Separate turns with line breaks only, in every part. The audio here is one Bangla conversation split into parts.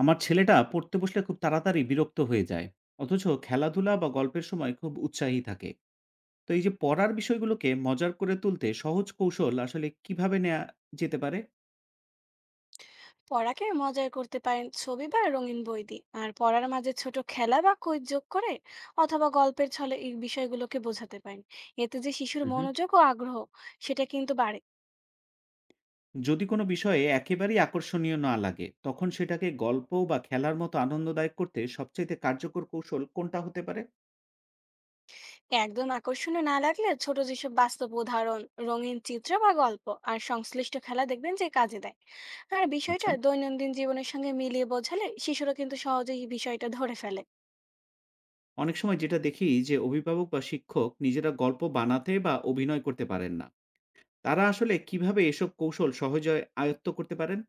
আমার ছেলেটা পড়তে বসলে খুব তাড়াতাড়ি বিরক্ত হয়ে যায়, অথচ খেলাধুলা বা গল্পের সময় খুব উৎসাহী থাকে। তো এই যে পড়ার বিষয়গুলোকে মজার করে তুলতে সহজ কৌশল আসলে কিভাবে নেওয়া যেতে পারে?
পড়াকে মজার করতে পারেন ছবি বা রঙিন বই দিয়ে আর পড়ার মাঝে ছোট খেলা বা কুইজ যোগ করে অথবা গল্পের ছলে এই বিষয়গুলোকে বোঝাতে পারেন। এতে যে শিশুর
হুম,
মনোযোগ ও আগ্রহ সেটা কিন্তু বাড়ে।
যদি কোনো বিষয়ে একেবারেই আকর্ষণীয় না লাগে, তখন সেটাকে গল্প বা খেলার মতো আনন্দদায়ক করতে সবচাইতে কার্যকর কৌশল কোনটা হতে পারে?
একদম আকর্ষণীয় না লাগলে ছোট যেসব বাস্তব উদাহরণ, রঙিন চিত্র বা গল্প আর সংশ্লিষ্ট খেলা দেখবেন যে কাজে দেয়। আর বিষয়টা
আচ্ছা,
দৈনন্দিন জীবনের সঙ্গে মিলিয়ে বোঝালে শিশুরা কিন্তু সহজেই বিষয়টা ধরে ফেলে।
অনেক সময় যেটা দেখি যে অভিভাবক বা শিক্ষক নিজেরা গল্প বানাতে বা অভিনয় করতে পারেন না, তারা আসলে কিভাবে এসব কৌশল সহজে আয়ত্ত করতে পারেন?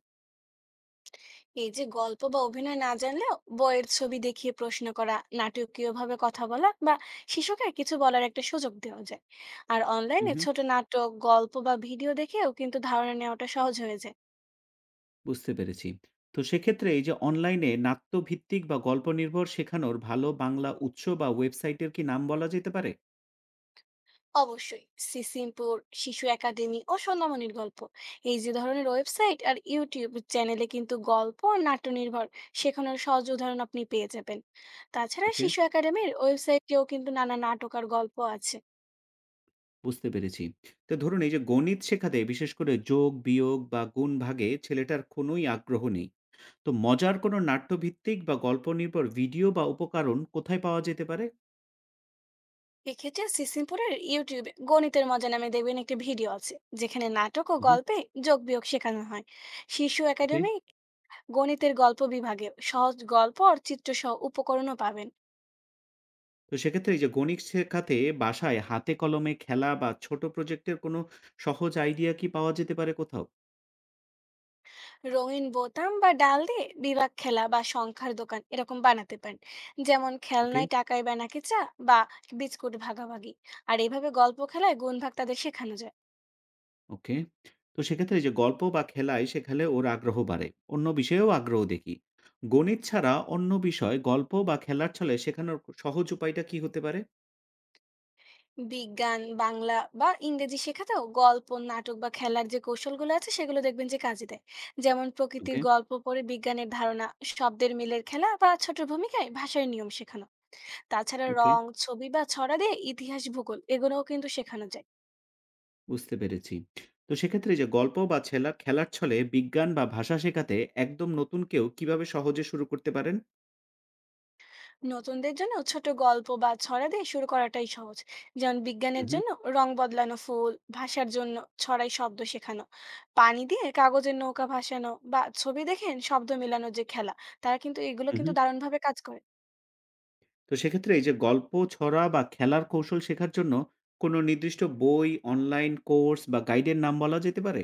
এই যে গল্প বা অভিনয় না জানলেও বইয়ের ছবি দেখিয়ে প্রশ্ন করা, নাটকীয়ভাবে কথা বলা বা শিশুকে কিছু বলার একটা সুযোগ দেওয়া যায়। আর অনলাইনে ছোট নাটক, গল্প বা ভিডিও দেখেও কিন্তু ধারণা নেওয়াটা সহজ হয়ে যায়।
বুঝতে পেরেছি। তো সেক্ষেত্রে এই যে অনলাইনে নাট্যভিত্তিক বা গল্প নির্ভর শেখানোর ভালো বাংলা উৎস বা ওয়েবসাইটের কি নাম বলা যেতে পারে?
অবশ্যই, সিসিমপুর, শিশু একাডেমি ও সোনামণির গল্প এই যে ধরনের ওয়েবসাইট আর ইউটিউব চ্যানেলে কিন্তু গল্প আর নাট্য নির্ভর শেখানোর সহজ উদাহরণ আপনি পেয়ে যাবেন। তাছাড়া
ওকে,
শিশু একাডেমির ওয়েবসাইটেও কিন্তু নানা নাটক আর গল্প আছে।
বুঝতে পেরেছি। তো ধরুন এই যে গণিত শেখাতে বিশেষ করে যোগ, বিয়োগ বা গুণ ভাগে ছেলেটার কোনোই আগ্রহ নেই। তো মজার কোনো নাট্যভিত্তিক বা গল্প নির্ভর ভিডিও বা উপকরণ কোথায় পাওয়া যেতে পারে?
এক্ষেত্রে সিসিমপুরের ইউটিউবে গণিতের মজা নামে দেখবেন একটি ভিডিও আছে, যেখানে নাটক ও
হুম,
গল্পে যোগ বিয়োগ শেখানো হয়। শিশু
ওকে,
একাডেমি গণিতের গল্প বিভাগে সহজ গল্প আর চিত্র সহ উপকরণও পাবেন।
তো সেক্ষেত্রে এই যে গণিত শেখাতে বাসায় হাতে কলমে খেলা বা ছোট প্রজেক্টের কোনো সহজ আইডিয়া কি পাওয়া যেতে পারে কোথাও?
রঙিন বোতাম বা ডাল দিয়ে বিভাগ খেলা বা সংখ্যার দোকান এরকম বানাতে পারেন, যেমন
ওকে,
খেলনায় টাকায় বানাকে চা বা বিস্কুট ভাগাভাগি। আর এভাবে গল্প খেলায় গুণ ভাগ তাদের শেখানো যায়।
ওকে। তো সেক্ষেত্রে এই যে গল্প বা খেলায় শেখালে ওর আগ্রহ বাড়ে। অন্য বিষয়েও আগ্রহ দেখি। গণিত ছাড়া অন্য বিষয় গল্প বা খেলার ছলে শেখানোর সহজ উপায়টা কি হতে পারে?
বিজ্ঞান, বাংলা বা ইংরেজি শেখাতেও গল্প, নাটক বা খেলার যে কৌশলগুলো আছে সেগুলো দেখবেন যে কাজে দেয়। যেমন প্রকৃতির
ওকে,
গল্প পড়ে বিজ্ঞানের ধারণা, শব্দের মিলের খেলা বা ছোট ভূমিকায় ভাষার নিয়ম শেখানো। তাছাড়া
ওকে,
রং, ছবি বা ছড়া দিয়ে ইতিহাস, ভূগোল এগুলোও কিন্তু শেখানো যায়।
বুঝতে পেরেছি। তো সেক্ষেত্রে এই যে গল্প বা ছেলার খেলার ছলে বিজ্ঞান বা ভাষা শেখাতে একদম নতুন কেউ কিভাবে সহজে শুরু করতে পারেন?
নতুনদের জন্য ছোট গল্প বা ছড়া দিয়ে শুরু করাটাই সহজ। যেমন বিজ্ঞানের
হুম, হুম,
জন্য রং বদলানো ফুল, ভাষার জন্য ছড়ায় শব্দ শেখানো, পানি দিয়ে কাগজের নৌকা ভাসানো বা ছবি দেখেন শব্দ মেলানোর যে খেলা, তারা কিন্তু এগুলো
হুম,
কিন্তু
হুম।
দারুণভাবে কাজ করে।
তো সেক্ষেত্রে এই যে গল্প, ছড়া বা খেলার কৌশল শেখার জন্য কোনো নির্দিষ্ট বই, অনলাইন কোর্স বা গাইডের নাম বলা যেতে পারে?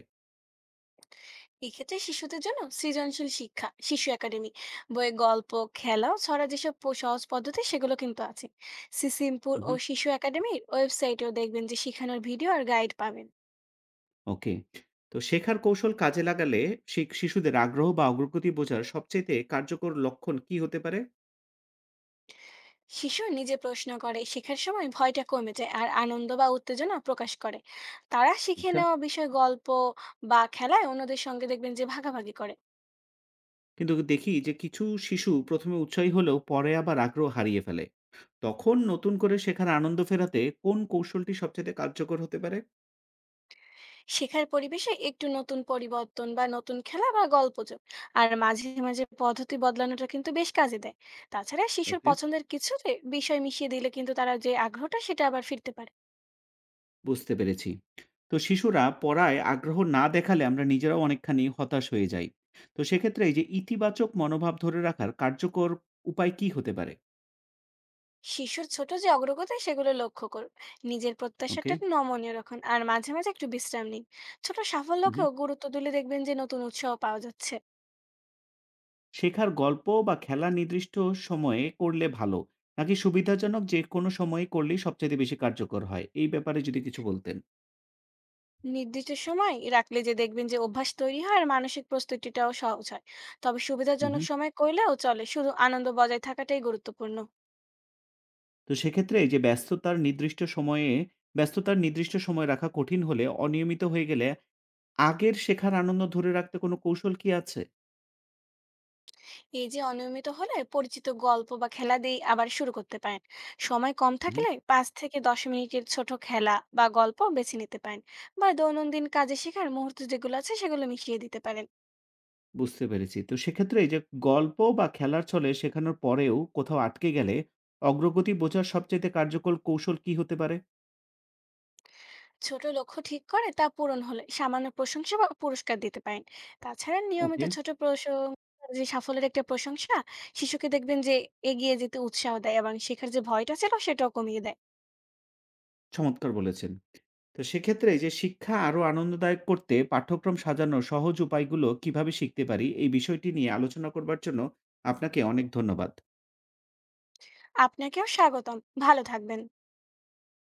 এক্ষেত্রে শিশুদের জন্য সৃজনশীল শিক্ষা শিশু একাডেমি বইয়ে গল্প, খেলা ও ছড়া যেসব সহজ পদ্ধতি সেগুলো কিন্তু আছে। সিসিমপুর
হুম,
ও
হুম।
শিশু একাডেমির ওয়েবসাইটেও দেখবেন যে শেখানোর ভিডিও আর গাইড পাবেন।
ওকে। তো শেখার কৌশল কাজে লাগালে শিশুদের আগ্রহ বা অগ্রগতি বোঝার সবচাইতে কার্যকর লক্ষণ কি হতে পারে?
শিশু নিজে প্রশ্ন করে শেখার সময় ভয়টা কমে যায় আর আনন্দ বা উত্তেজনা প্রকাশ করে। তারা শিখে
আচ্ছা,
নেওয়া বিষয় গল্প বা খেলায় অন্যদের সঙ্গে দেখবেন যে ভাগাভাগি করে।
কিন্তু দেখি যে কিছু শিশু প্রথমে উৎসাহী হলেও পরে আবার আগ্রহ হারিয়ে ফেলে। তখন নতুন করে শেখার আনন্দ ফেরাতে কোন কৌশলটি সবচাইতে কার্যকর হতে পারে?
শেখার পরিবেশে একটু নতুন পরিবর্তন বা নতুন খেলা বা গল্প যোগ আর মাঝে মাঝে পদ্ধতি বদলানোটা কিন্তু বেশ কাজে দেয়। তাছাড়া শিশুর
ওকে,
পছন্দের কিছুতে বিষয় মিশিয়ে দিলে কিন্তু তারা যে আগ্রহটা সেটা আবার ফিরতে পারে।
বুঝতে পেরেছি। তো শিশুরা পড়ায় আগ্রহ না দেখালে আমরা নিজেরাও অনেকখানি হতাশ হয়ে যাই। তো সেক্ষেত্রে এই যে ইতিবাচক মনোভাব ধরে রাখার কার্যকর উপায় কি হতে পারে?
শিশুর ছোট যে অগ্রগতি সেগুলো লক্ষ্য করুন, নিজের
ওকে,
প্রত্যাশাটা নমনীয় রাখুন আর মাঝে মাঝে একটু বিশ্রাম নিন। ছোট সাফল্যকেও
হুম,
গুরুত্ব দিলে দেখবেন যে নতুন উৎসাহ পাওয়া যাচ্ছে।
শেখার গল্প বা খেলা নির্দিষ্ট সময়ে করলে ভালো, নাকি সুবিধাজনক যেকোনো সময়ে করলেই সবচাইতে বেশি কার্যকর হয়? এই ব্যাপারে যদি কিছু বলতেন।
নির্দিষ্ট সময় রাখলে যে দেখবেন যে অভ্যাস তৈরি হয় আর মানসিক প্রস্তুতিটাও সহজ হয়। তবে
হু,
সুবিধাজনক
হু।
সময় করলেও চলে, শুধু আনন্দ বজায় থাকাটাই গুরুত্বপূর্ণ।
তো সেক্ষেত্রে এই যে ব্যস্ততার নির্দিষ্ট সময় রাখা কঠিন হলে অনিয়মিত হয়ে গেলে আগের শেখার আনন্দ ধরে রাখতে কোনো কৌশল কি আছে?
এই যে অনিয়মিত হলে পরিচিত গল্প বা খেলা দিয়ে আবার শুরু করতে পারেন। সময় কম
হু, হু।
থাকলে 5 থেকে 10 মিনিটের ছোট খেলা বা গল্প বেছে নিতে পারেন বা দৈনন্দিন কাজে শেখার মুহূর্ত যেগুলো আছে সেগুলো মিশিয়ে দিতে পারেন।
বুঝতে পেরেছি। তো সেক্ষেত্রে এই যে গল্প বা খেলার ছলে শেখানোর পরেও কোথাও আটকে গেলে অগ্রগতি বোঝার সবচাইতে কার্যকর কৌশল কি হতে পারে?
ছোট লক্ষ্য ঠিক করে তা পূরণ হলে সামান্য প্রশংসা বা পুরস্কার দিতে পারেন। তাছাড়া নিয়মিত
ওকে,
ছোট প্রশংসা, যে সাফল্যের একটা প্রশংসা, শিশুকে দেখবেন যে এগিয়ে যেতে উৎসাহ দেয় এবং শেখার যে ভয়টা ছিল সেটাও কমিয়ে দেয়।
চমৎকার বলেছেন। তো সেক্ষেত্রে এই যে শিক্ষা আরো আনন্দদায়ক করতে পাঠ্যক্রম সাজানোর সহজ উপায়গুলো কিভাবে শিখতে পারি, এই বিষয়টি নিয়ে আলোচনা করবার জন্য আপনাকে অনেক ধন্যবাদ।
আপনাকেও স্বাগতম। ভালো থাকবেন।